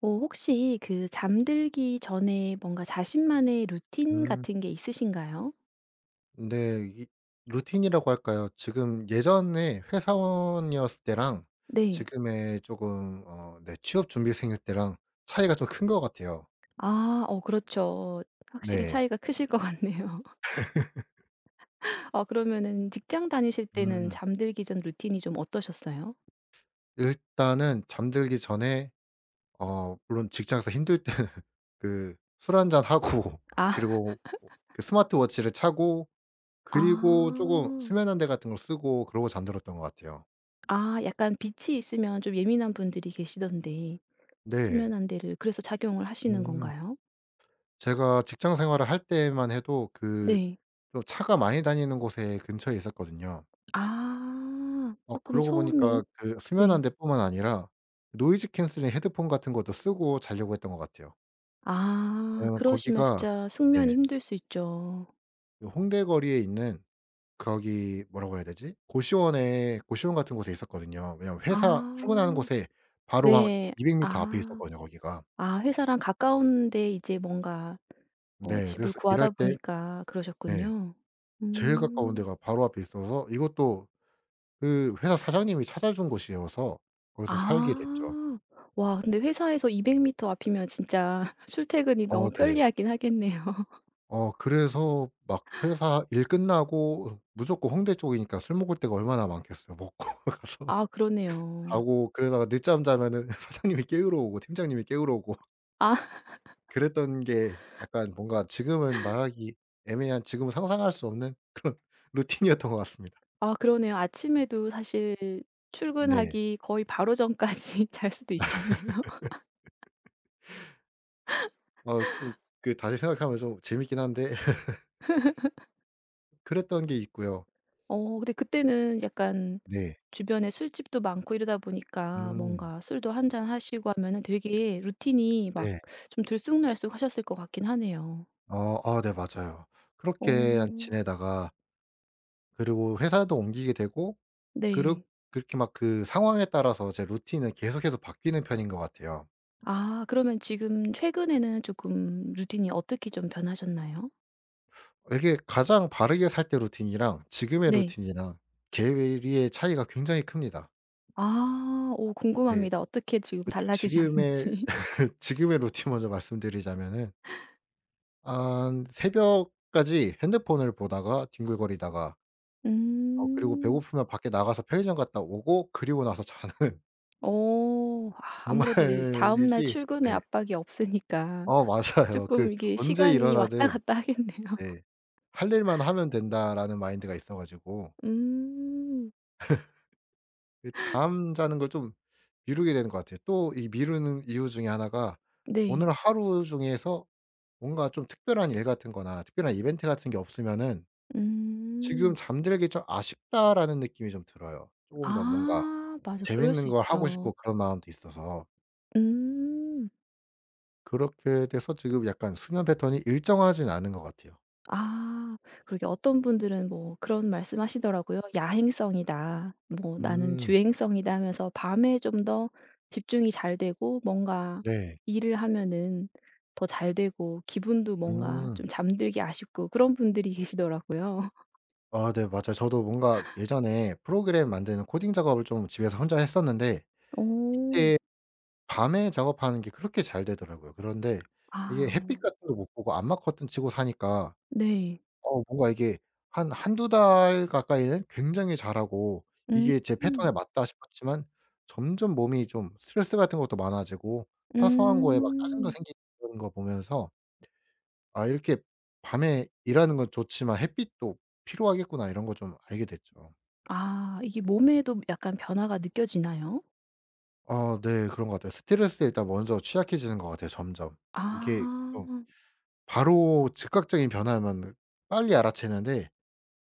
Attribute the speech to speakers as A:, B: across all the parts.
A: 어 혹시 그 잠들기 전에 뭔가 자신만의 루틴
B: 음.
A: 같은 게 있으신가요?
B: 근데 이 루틴이라고 할까요? 지금 예전에 회사원이었을 때랑
A: 네.
B: 지금의 조금 네 취업 준비생일 때랑 차이가 좀 큰 것 같아요.
A: 아 그렇죠. 확실히
B: 네.
A: 차이가 크실 것 같네요. 아 그러면은 직장 다니실 때는
B: 음.
A: 잠들기 전 루틴이 좀 어떠셨어요?
B: 일단은 잠들기 전에 물론 직장에서 힘들 때는 그 술 한잔 하고
A: 아.
B: 그리고 그 스마트워치를 차고
A: 아.
B: 그리고 쪼금 수면안대 같은 걸 쓰고 그러고 잠들었던 것 같아요.
A: 아 약간 빛이 있으면 좀 예민한 분들이 계시던데
B: 네.
A: 수면 안대를 그래서 착용을 하시는
B: 음.
A: 건가요?
B: 제가 직장 생활을 할 때만 해도 그
A: 네.
B: 좀 차가 많이 다니는 곳에 근처에 있었거든요.
A: 아 조금
B: 그러고 보니까
A: 소음이
B: 그 수면
A: 네.
B: 안대뿐만 아니라 노이즈 캔슬링 헤드폰 같은 것도 쓰고 자려고 했던 것 같아요.
A: 아
B: 왜냐면
A: 그러시면
B: 거기가,
A: 진짜 숙면이
B: 네,
A: 힘들 수 있죠.
B: 그 홍대 거리에 있는 거기 뭐라고 해야 되지? 고시원 같은 곳에 있었거든요. 왜냐면 회사
A: 아
B: 출근하는 곳에 바로 한
A: 네.
B: 200 미터 앞에
A: 아.
B: 있었거든요 거기가.
A: 아 회사랑 가까운 데 이제 뭔가
B: 네,
A: 집을
B: 그래서 일할
A: 구하다
B: 때
A: 보니까
B: 네
A: 그러셨군요.
B: 제일 가까운
A: 음.
B: 데가 바로 앞에 있어서 이것도 그 회사 사장님이 찾아준 곳이어서 거기서 살게 됐죠.
A: 아. 와 근데 회사에서 200m 앞이면 진짜 출퇴근이
B: 어
A: 너무
B: 네.
A: 편리하긴 하겠네요.
B: 그래서 막 회사 일 끝나고 무조건 홍대 쪽이니까 술 먹을 데가 얼마나 많겠어요. 먹고 가서
A: 아 그러네요.
B: 자고 그러다가 늦잠 자면은 사장님이 깨우러 오고 팀장님이 깨우러 오고
A: 아
B: 그랬던 게 약간 뭔가 지금은 말하기 애매한, 지금은 상상할 수 없는 루틴이었던 것 같습니다.
A: 아 그러네요. 아침에도 사실
B: 네.
A: 출근하기 거의 바로 전까지 잘 수도 있겠네요.
B: 좀 그 다시 생각하면 좀 재밌긴 한데 그랬던 게 있고요.
A: 어 근데 그때는 약간
B: 네.
A: 주변에 술집도 많고 이러다 보니까
B: 음.
A: 뭔가 술도 한 잔 하시고 하면은 되게 루틴이 막
B: 네.
A: 좀 들쑥날쑥하셨을 것 같긴 하네요.
B: 어. 아 네 맞아요.
A: 어.
B: 그렇게 한 지내다가 그리고 회사도 옮기게 되고 그렇
A: 네.
B: 그렇게 막 그 상황에 따라서 제 루틴은 계속해서 바뀌는 편인 것 같아요.
A: 아 그러면 지금 최근에는 조금 루틴이 어떻게 좀 변하셨나요?
B: 이게 가장 바르게 살 때 루틴이랑 지금의
A: 네.
B: 루틴이랑 계획의 차이가 굉장히 큽니다.
A: 아 오
B: 네.
A: 궁금합니다. 어떻게 지금
B: 그 지금의
A: 달라지셨는지.
B: 지금의 루틴 먼저 말씀드리자면은 한 새벽까지 핸드폰을 보다가 뒹굴거리다가 그리고
A: 음.
B: 배고프면 밖에 나가서 편의점 갔다 오고 그리고 나서 자는
A: 어. 아 아무래도 이제 다음 날
B: 정말이지
A: 출근의
B: 네.
A: 압박이 없으니까
B: 어 맞아요. 그
A: 쪼끔 이게
B: 언제
A: 시간이 왔다
B: 일어나든
A: 갔다 하겠네요.
B: 네 '할 일만 하면 된다.'라는 마인드가 있어 가지고
A: 음.
B: 그 잠자는 걸 좀 미루게 되는 것 같아요. 또 이 미루는 이유 중에 하나가
A: 네.
B: 오늘 하루 중에서 뭔가 좀 특별한 일 같은 거나 특별한 이벤트 같은 게 없으면은 '지금
A: 음.
B: 잠들기 좀 아쉽다.'라는 느낌이 좀 들어요. 쪼금 더 뭔가
A: 아 맞아. 그럴
B: 재밌는
A: 수
B: 걸 하고 싶고
A: 있죠.
B: 그런 마음도 있어서
A: 음.
B: 그렇게 돼서 지금 약간 수면 패턴이 일정하진 않은 것 같아요.
A: 아 그러게 어떤 분들은 뭐 그런 말씀하시더라고요. "야행성이다." 뭐 "나는
B: 음
A: 주행성이다." 하면서 밤에 좀 더 집중이 잘 되고 뭔가
B: 네.
A: 일을 하면은 더 잘 되고 기분도 뭔가 좀
B: 음.
A: 잠들기 아쉽고 그런 분들이 계시더라고요.
B: 아 네 맞아요. 저도 뭔가 예전에 프로그램 만드는 코딩 작업을 좀 집에서 혼자 했었는데
A: 오.
B: 이때 밤에 작업하는 게 그렇게 잘 되더라고요. 그런데 이게
A: 아
B: 햇빛 같은 거 못 보고 암막 커튼 치고 사니까
A: 네.
B: 뭔가 이게 한 한두 달 가까이는 굉장히 잘하고
A: 음.
B: 이게 제
A: 음.
B: 패턴에 맞다 싶었지만 점점 몸이 좀 스트레스 같은 것도 많아지고 사소한 거에 막 짜증도
A: 음.
B: 생기고 그는거 보면서 '아 이렇게 밤에 일하는 건 좋지만 햇빛도 필요하겠구나.' 이런 거 좀 알게 됐죠.
A: 아 이게 몸에도 약간 변화가 느껴지나요?
B: 아 네. 그런 것 같아요. 스트레스에 일단 먼저 취약해지는 것 같아요 점점. 이게 좀
A: 아.
B: 바로 즉각적인 변화면 빨리 알아채는데,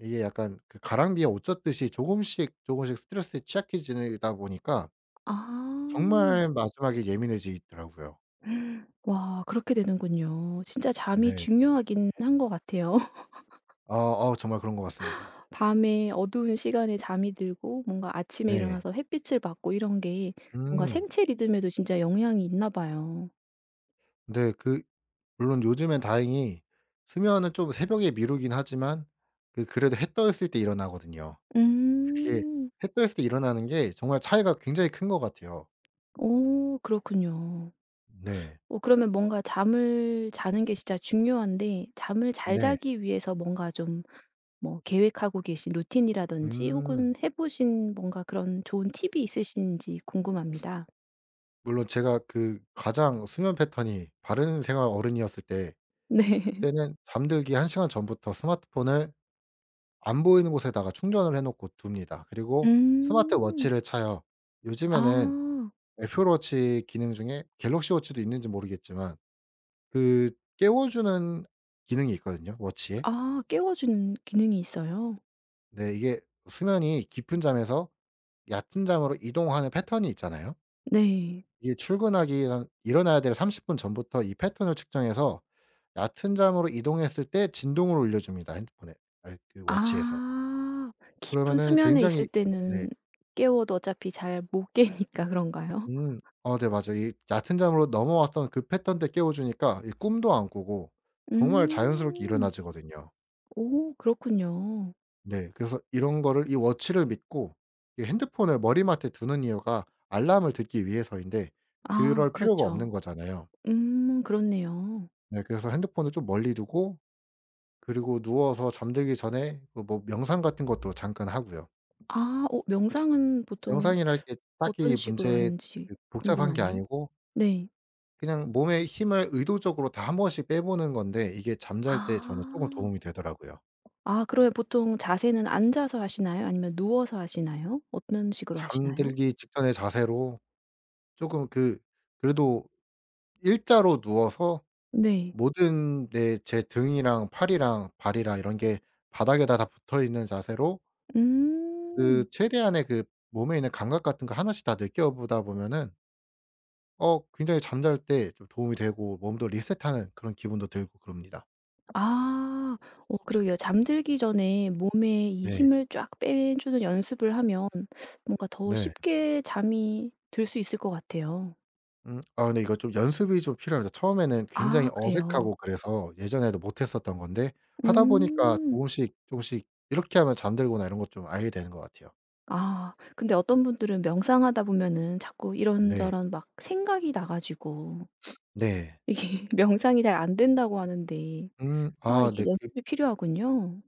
B: 이게 약간 그 가랑비에 옷 젖듯이 조금씩, 조금씩 스트레스에 취약해지다 보니까
A: 아.
B: 정말 마지막에 예민해지더라고요.
A: 와 그렇게 되는군요. 진짜 잠이
B: 네.
A: 중요하긴 한 것 같아요.
B: 아 아 정말 그런 것 같습니다.
A: 밤에 어두운 시간에 잠이 들고 뭔가 아침에
B: 네.
A: 일어나서 햇빛을 받고 이런 게 뭔가
B: 음.
A: 생체 리듬에도 진짜 영향이 있나 봐요.
B: 네 그 물론 요즘엔 다행히 수면은 좀 새벽에 미루긴 하지만 그 그래도 해 떠 있을 때 일어나거든요. 그게
A: 음.
B: 햇볕에 일어나는 게 정말 차이가 굉장히 큰 것 같아요.
A: 어 그렇군요.
B: 네.
A: 어 그러면 뭔가 잠을 자는 게 진짜 중요한데 잠을 잘
B: 네.
A: 자기 위해서 뭔가 좀 뭐 계획하고 계신 루틴이라든지 혹은
B: 음.
A: 해 보신 뭔가 그런 좋은 팁이 있으신지 궁금합니다.
B: 물론 제가 그 가장 수면 패턴이 바른생활 어른이었을 때
A: 네.
B: 그때는 잠들기 한 시간 전부터 스마트폰을 안 보이는 곳에다가 충전을 해 놓고 둡니다. 그리고
A: 음.
B: 스마트워치를 차요. 요즘에는
A: 아.
B: 애플워치 기능 중에 갤럭시워치도 있는지 모르겠지만 그 깨워 주는 기능이 있거든요 워치에.
A: 아 깨워 주는 기능이 있어요?
B: 네 이게 수면이 깊은 잠에서 얕은 잠으로 이동하는 패턴이 있잖아요.
A: 네.
B: 이게 출근하기 한 일어나야 될 30분 전부터 이 패턴을 측정해서 얕은 잠으로 이동했을 때 진동을 울려 줍니다, 핸드폰에. 아그 워치에서.
A: 아. 깊은
B: 그러면은
A: 수면에 있을
B: 굉장히 네.
A: 때는 깨워도 어차피 잘 못 깨니까 그런가요?
B: 음. 어 네 맞아요. 이 얕은 잠으로 넘어왔던 그 패턴 때 깨워 주니까 이 꿈도 안 꾸고 정말 자연스럽게
A: 음.
B: 일어나지거든요.
A: 오 그렇군요.
B: 네. 그래서 이런 거를, 이 워치를 믿고 이 핸드폰을 머리맡에 두는 이유가 알람을 듣기 위해서인데
A: 아
B: 그럴 필요가 없는
A: 그렇죠.
B: 거잖아요.
A: 그렇네요.
B: 네. 그래서 핸드폰을 좀 멀리 두고 그리고 누워서 잠들기 전에 그 뭐 명상 같은 것도 잠깐 하고요.
A: 아 명상은 보통
B: 명상이랄 게
A: 어떤
B: 딱히
A: 식으로
B: 문제
A: 하는지
B: 그 복잡한 게
A: 궁금하네요.
B: 아니고
A: 네.
B: 그냥 몸에 힘을 의도적으로 다 한 번씩 빼보는 건데 이게 잠잘 때 저는 쪼금
A: 아.
B: 도움이 되더라고요.
A: 아 그러면 보통 자세는 앉아서 하시나요? 아니면 누워서 하시나요? 어떤 식으로 하시나요?
B: 잠들기 직전의 자세로 쪼금 그 그래도 일자로 누워서
A: 네.
B: 모든 내 제 등이랑 팔이랑 발이랑 이런 게 바닥에다 다 붙어있는 자세로 그
A: 음.
B: 최대한의 그 몸에 있는 감각 같은 거 하나씩 다 느껴보다 보면은 굉장히 잠잘 때 좀 도움이 되고 몸도 리셋하는 그런 기분도 들고 그럽니다.
A: 아. 어 그러게요. 잠들기 전에 몸에 이
B: 네.
A: 힘을 쫙 빼주는 연습을 하면 뭔가 더
B: 네.
A: 쉽게 잠이 들 수 있을 것 같아요.
B: 아 근데 이거 좀 연습이 좀 필요합니다. 처음에는 굉장히 네
A: 아 그래요.
B: 어색하고, 그래서 예전에도 못 했었던 건데 하다 보니까
A: 음.
B: 조금씩 조금씩 이렇게 하면 잠들거나 이런 것 좀 알게 되는 것 같아요.
A: 아 근데 어떤 분들은 명상하다 보면은 자꾸
B: 네.
A: 이런저런 막 생각이 나 가지고
B: 네.
A: 이게 명상이 잘 안 된다고 하는데 아
B: 아
A: 이게
B: 네. 그
A: 연습이 필요하군요.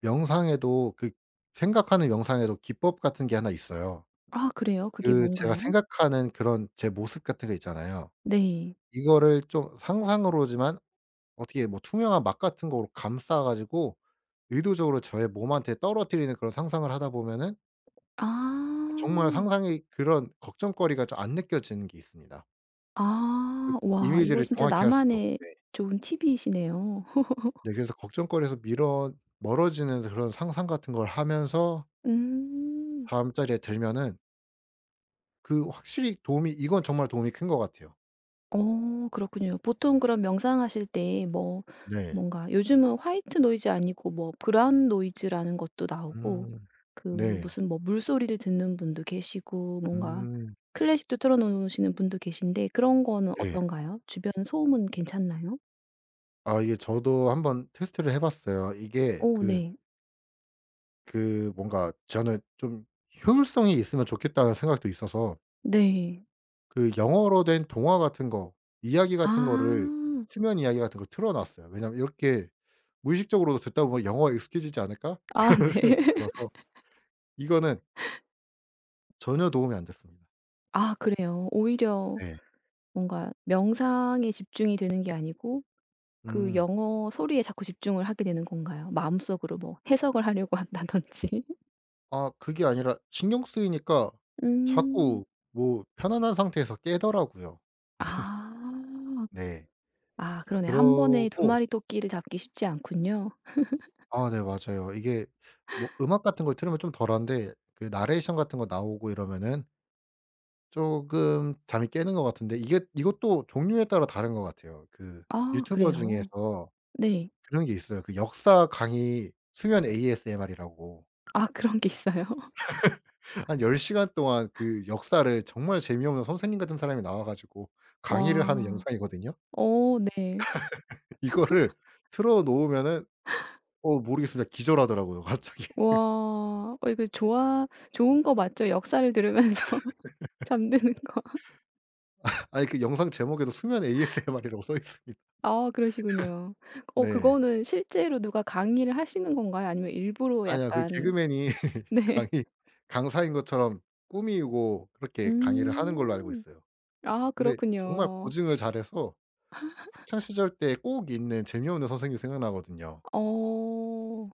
B: 명상에도 그 생각하는 명상에도 기법 같은 게 하나 있어요.
A: 아 그래요? 그게
B: 그 제가
A: 뭔가요?
B: 생각하는 그런 제 모습 같은 거 있잖아요.
A: 네.
B: 이거를 좀 상상으로지만 어떻게 뭐 투명한 막 같은 거로 감싸 가지고 의도적으로 저의 몸한테 떨어뜨리는 그런 상상을 하다 보면은 정말
A: 아.
B: 상상이 그런 걱정거리가 좀 안 느껴지는 게 있습니다.
A: 아. 와 이거
B: 이미지를
A: 진짜
B: 정확히 할수록.
A: 나만의
B: 네.
A: 좋은 팁이시네요.
B: 네 그래서 걱정거리에서 미뤄 멀어지는 그런 상상 같은 걸 하면서
A: 음.
B: 다음 자리에 들면은 그 확실히 도움이 이건 정말 도움이 큰 것 같아요.
A: 어 그렇군요. 보통 그럼 명상하실 때 뭐
B: 네.
A: 뭔가 요즘은 화이트 노이즈 아니고 뭐 브라운 노이즈라는 것도 나오고
B: 음.
A: 그
B: 네.
A: 무슨 뭐 물소리를 듣는 분도 계시고 뭔가
B: 음.
A: 클래식도 틀어 놓으시는 분도 계신데 그런 거는
B: 네.
A: 어떤가요? 주변 소음은 괜찮나요?
B: 아 이게 저도 한번 테스트를 해 봤어요. 이게
A: 어
B: 그
A: 네.
B: 그 뭔가 저는 좀 '효율성이 있으면 좋겠다.'는 생각도 있어서
A: 네.
B: 그 영어로 된 동화 같은 거 이야기 같은 거를
A: 아.
B: 수면 이야기 같은 걸 틀어 놨어요. 왜냐하면 이렇게 무의식적으로도 '듣다 보면 영어가 익숙해지지 않을까?'
A: 아
B: 이런
A: 네.
B: 생각이 들어서 이거는 전혀 도움이 안 됐습니다.
A: 아 그래요. 오히려
B: 네.
A: 뭔가 명상에 집중이 되는 게 아니고 그
B: 음.
A: 영어 소리에 자꾸 집중을 하게 되는 건가요? 마음속으로 뭐 해석을 하려고 한다든지.
B: 아 그게 아니라 신경 쓰이니까
A: 음.
B: 자꾸 뭐 편안한 상태에서 깨더라고요.
A: 아.
B: 네.
A: 아 그러네요. 한 번에 두
B: 그러고
A: 마리 토끼를 잡기 쉽지 않군요.
B: 아 네 맞아요. 이게 뭐 음악 같은 걸 틀으면 좀 덜한데 그 나레이션 같은 거 나오고 이러면은 쪼금 잠이 깨는 것 같은데 이게 이것도 종류에 따라 다른 것 같아요. 그
A: 아
B: 유튜버
A: 그래요.
B: 중에서
A: 네.
B: 그런 게 있어요. 그 역사 강의 수면 ASMR이라고.
A: 아 그런 게 있어요?
B: 한 10 시간 동안 그 역사를 정말 재미없는 선생님 같은 사람이 나와 가지고 강의를 하는
A: 와.
B: 영상이거든요.
A: 어 네.
B: 이거를 틀어 놓으면은 모르겠습니다. 기절하더라고요 갑자기.
A: 와. 어 이거 좋아 좋은 거 맞죠? 역사를 들으면서 잠드는 거.
B: 아니 그 영상 제목에도 수면 ASMR이라고 써 있습니다.
A: 아 그러시군요. 어
B: 네.
A: 그거는 실제로 누가 강의를 하시는 건가요? 아니면 일부러
B: 아니야. 그
A: 약간
B: 개그맨이
A: 네.
B: 강의 강사인 것처럼 꾸미고 그렇게 강의를 하는 걸로 알고
A: 음.
B: 있어요.
A: 아
B: 근데 정말
A: 그렇군요.
B: 고증을 잘해서 학창 시절 때 꼭 있는 재미없는 선생님이 생각나거든요.
A: 어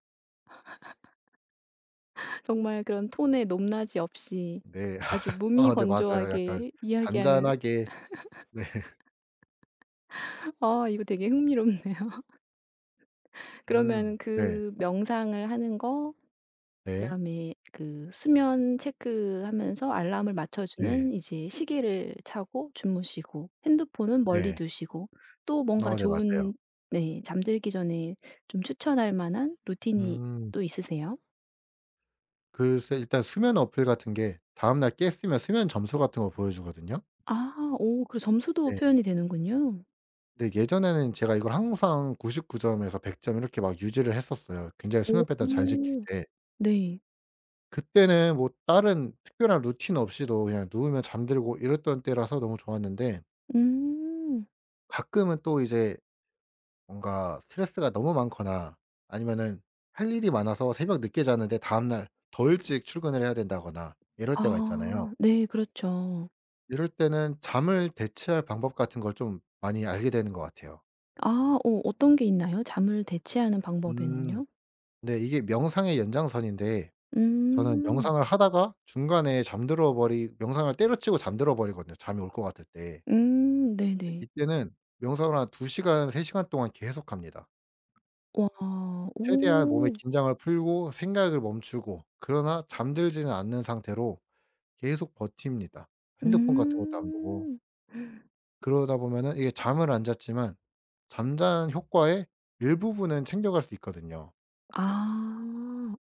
A: 정말 그런 톤의 높낮이 없이
B: 네.
A: 아주
B: 아 네 맞아요. 약간
A: 무미건조하게 이야기하는
B: 잔잔하게. 네.
A: 아 이거 되게 흥미롭네요. 그러면
B: 네.
A: 그 명상을 하는 거
B: 네.
A: 그다음에 그 수면 체크하면서 알람을 맞춰주는
B: 네.
A: 이제 시계를 차고 주무시고 핸드폰은 멀리
B: 네.
A: 두시고 또 뭔가
B: 어 네 맞아요.
A: 좋은 네 잠들기 전에 좀 추천할 만한 루틴이
B: 음.
A: 또 있으세요?
B: 글쎄 일단 수면 어플 같은 게 다음날 깼으면 수면 점수 같은 거 보여 주거든요.
A: 아 오 그래 점수도
B: 네.
A: 표현이 되는군요.
B: 근데 예전에는 제가 이걸 항상 99 점에서 100점 이렇게 막 유지를 했었어요. 굉장히 수면 패턴 잘 지킬
A: 오
B: 때.
A: 네.
B: 그때는 뭐 다른 특별한 루틴 없이도 그냥 누우면 잠들고 이랬던 때라서 너무 좋았는데
A: 음.
B: 가끔은 또 이제 뭔가 스트레스가 너무 많거나 아니면은 할 일이 많아서 새벽 늦게 자는데 다음날 더 일찍 출근을 해야 된다거나 이럴 때가 있잖아요.
A: 아 네 그렇죠.
B: 이럴 때는 잠을 대체할 방법 같은 걸 좀 많이 알게 되는 것 같아요.
A: 아 어떤 게 있나요? 잠을 대체하는
B: 음.
A: 방법에는요?
B: 네 이게 명상의 연장선인데 저는
A: 음.
B: 명상을 하다가 중간에 잠들어 버리 명상을 때려치고 잠들어 버리거든요, 잠이 올 것 같을 때.
A: 네네.
B: 이때는 명상을 한 2 시간, 3 시간 동안 계속합니다.
A: 와.
B: 최대한 몸의
A: 오.
B: 긴장을 풀고 생각을 멈추고, 그러나 잠들지는 않는 상태로 계속 버팁니다. 핸드폰 같은 것도 안 보고.
A: 음.
B: 그러다 보면은 이게 잠을 안 잤지만 잠자는 효과의 일부분은 챙겨갈 수 있거든요.
A: 아.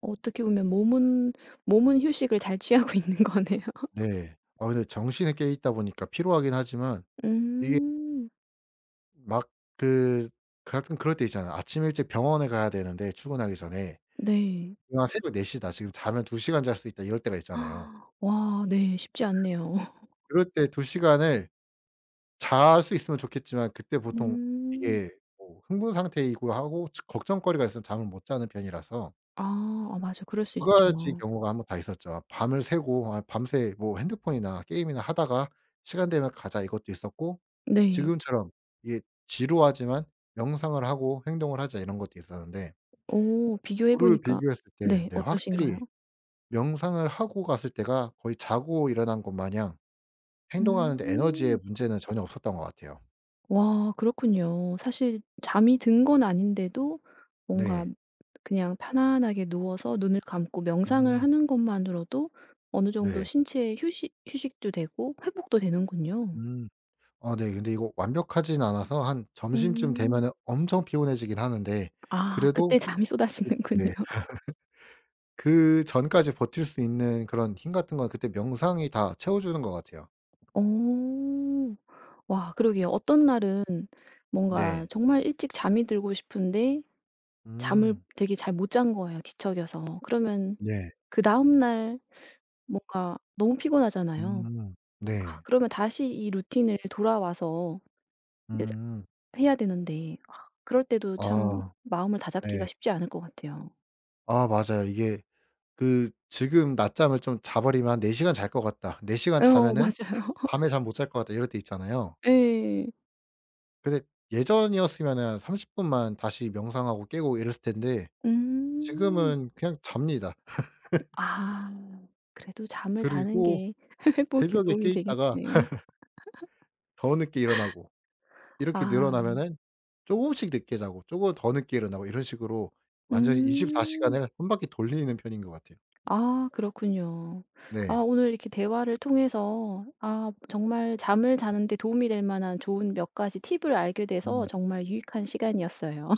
A: 어떻게 보면 몸은 몸은 휴식을 잘 취하고 있는 거네요.
B: 네. 아 근데 정신에 깨 있다 보니까 피로하긴 하지만 이게
A: 음.
B: 막 그 가끔 그럴 때 있잖아요. 아침 일찍 병원에 가야 되는데 출근하기 전에.
A: 네.
B: 그냥 새벽 4 시다. 지금 자면 2 시간 잘 수 있다. 이럴 때가 있잖아요.
A: 아, 와 네. 쉽지 않네요.
B: 그럴 때 2 시간을 잘 수 있으면 좋겠지만 그때 보통
A: 음.
B: 이게 뭐 흥분 상태이고 하고 저 걱정거리가 있으면 잠을 못 자는 편이라서
A: 아. 아 맞아. 그럴 수
B: 두 가지
A: 있죠.
B: 경우가 한번 다 있었죠. 밤을 새고, 아 밤새 뭐 핸드폰이나 게임이나 하다가 '시간 되면 가자.' 이것도 있었고
A: 네.
B: 지금처럼 이게 지루하지만 '명상을 하고 행동을 하자.' 이런 것도 있었는데
A: 오 비교해
B: 둘을
A: 보니까
B: 비교했을 때
A: 네.
B: 네
A: 어떠신가요?
B: 확실히 명상을 하고 갔을 때가 거의 자고 일어난 것 마냥 행동하는 데 에너지의
A: 음.
B: 문제는 전혀 없었던 것 같아요.
A: 와 그렇군요. 사실 잠이 든 건 아닌데도 뭔가
B: 네.
A: 그냥 편안하게 누워서 눈을 감고 명상을
B: 음
A: 하는 것만으로도 어느 정도
B: 네.
A: 신체에 휴식도 되고 회복도 되는군요.
B: 음. 어 네 근데 이거 완벽하진 않아서 한 점심쯤
A: 음.
B: 되면은 엄청 피곤해지긴 하는데
A: 아
B: 그래도
A: 그때 잠이 쏟아지는군요.
B: 네 그전까지 버틸 수 있는 그런 힘 같은 건 그때 명상이 다 채워 주는 것 같아요.
A: 오. 와 그러게요. 어떤 날은 뭔가
B: 네.
A: 정말 일찍 잠이 들고 싶은데 잠을
B: 음.
A: 되게 잘 못 잔 거예요, 뒤척여서. 그러면
B: 네.
A: 그다음 날 뭔가 너무 피곤하잖아요.
B: 음. 네.
A: 그러면 다시 이 루틴을 돌아와서 이제
B: 음.
A: 해야 되는데 아 그럴 때도 참
B: 아
A: 마음을
B: 네.
A: 다잡기가 쉽지 않을 것 같아요.
B: 아 맞아요. 이게 그 지금 낮잠을 좀 자 버리면 한 '4 시간 잘 것 같다. 4 시간
A: 어
B: 자면은
A: 맞아요.
B: 밤에 잠 못 잘 것 같다.' 이럴 때 있잖아요.
A: 예.
B: 근데 예전이었으면은 30 분만 다시 명상하고 깨고 이랬을 텐데
A: 음.
B: 지금은 그냥 잡니다.
A: 아 그래도 잠을 자는
B: 그리고
A: 게 회복에
B: 새벽에
A: 도움이
B: 깨 있다가
A: 되겠네요.
B: 더 늦게 일어나고 이렇게
A: 아.
B: 늘어나면은 쪼금씩 늦게 자고 쪼금 더 늦게 일어나고 이런 식으로 완전히 24
A: 음.
B: 시간을 한 바퀴 돌리는 편인 것 같아요.
A: 아 그렇군요. 아
B: 네.
A: 오늘 이렇게 대화를 통해서 아 정말 잠을 자는 데 도움이 될 만한 좋은 몇 가지 팁을 알게 돼서
B: 음.
A: 정말 유익한 시간이었어요.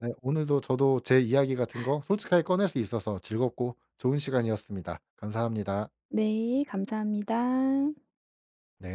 B: 네. 오늘도 저도 제 이야기 같은 거 솔직하게 꺼낼 수 있어서 즐겁고 좋은 시간이었습니다. 감사합니다.
A: 네, 감사합니다.
B: 네.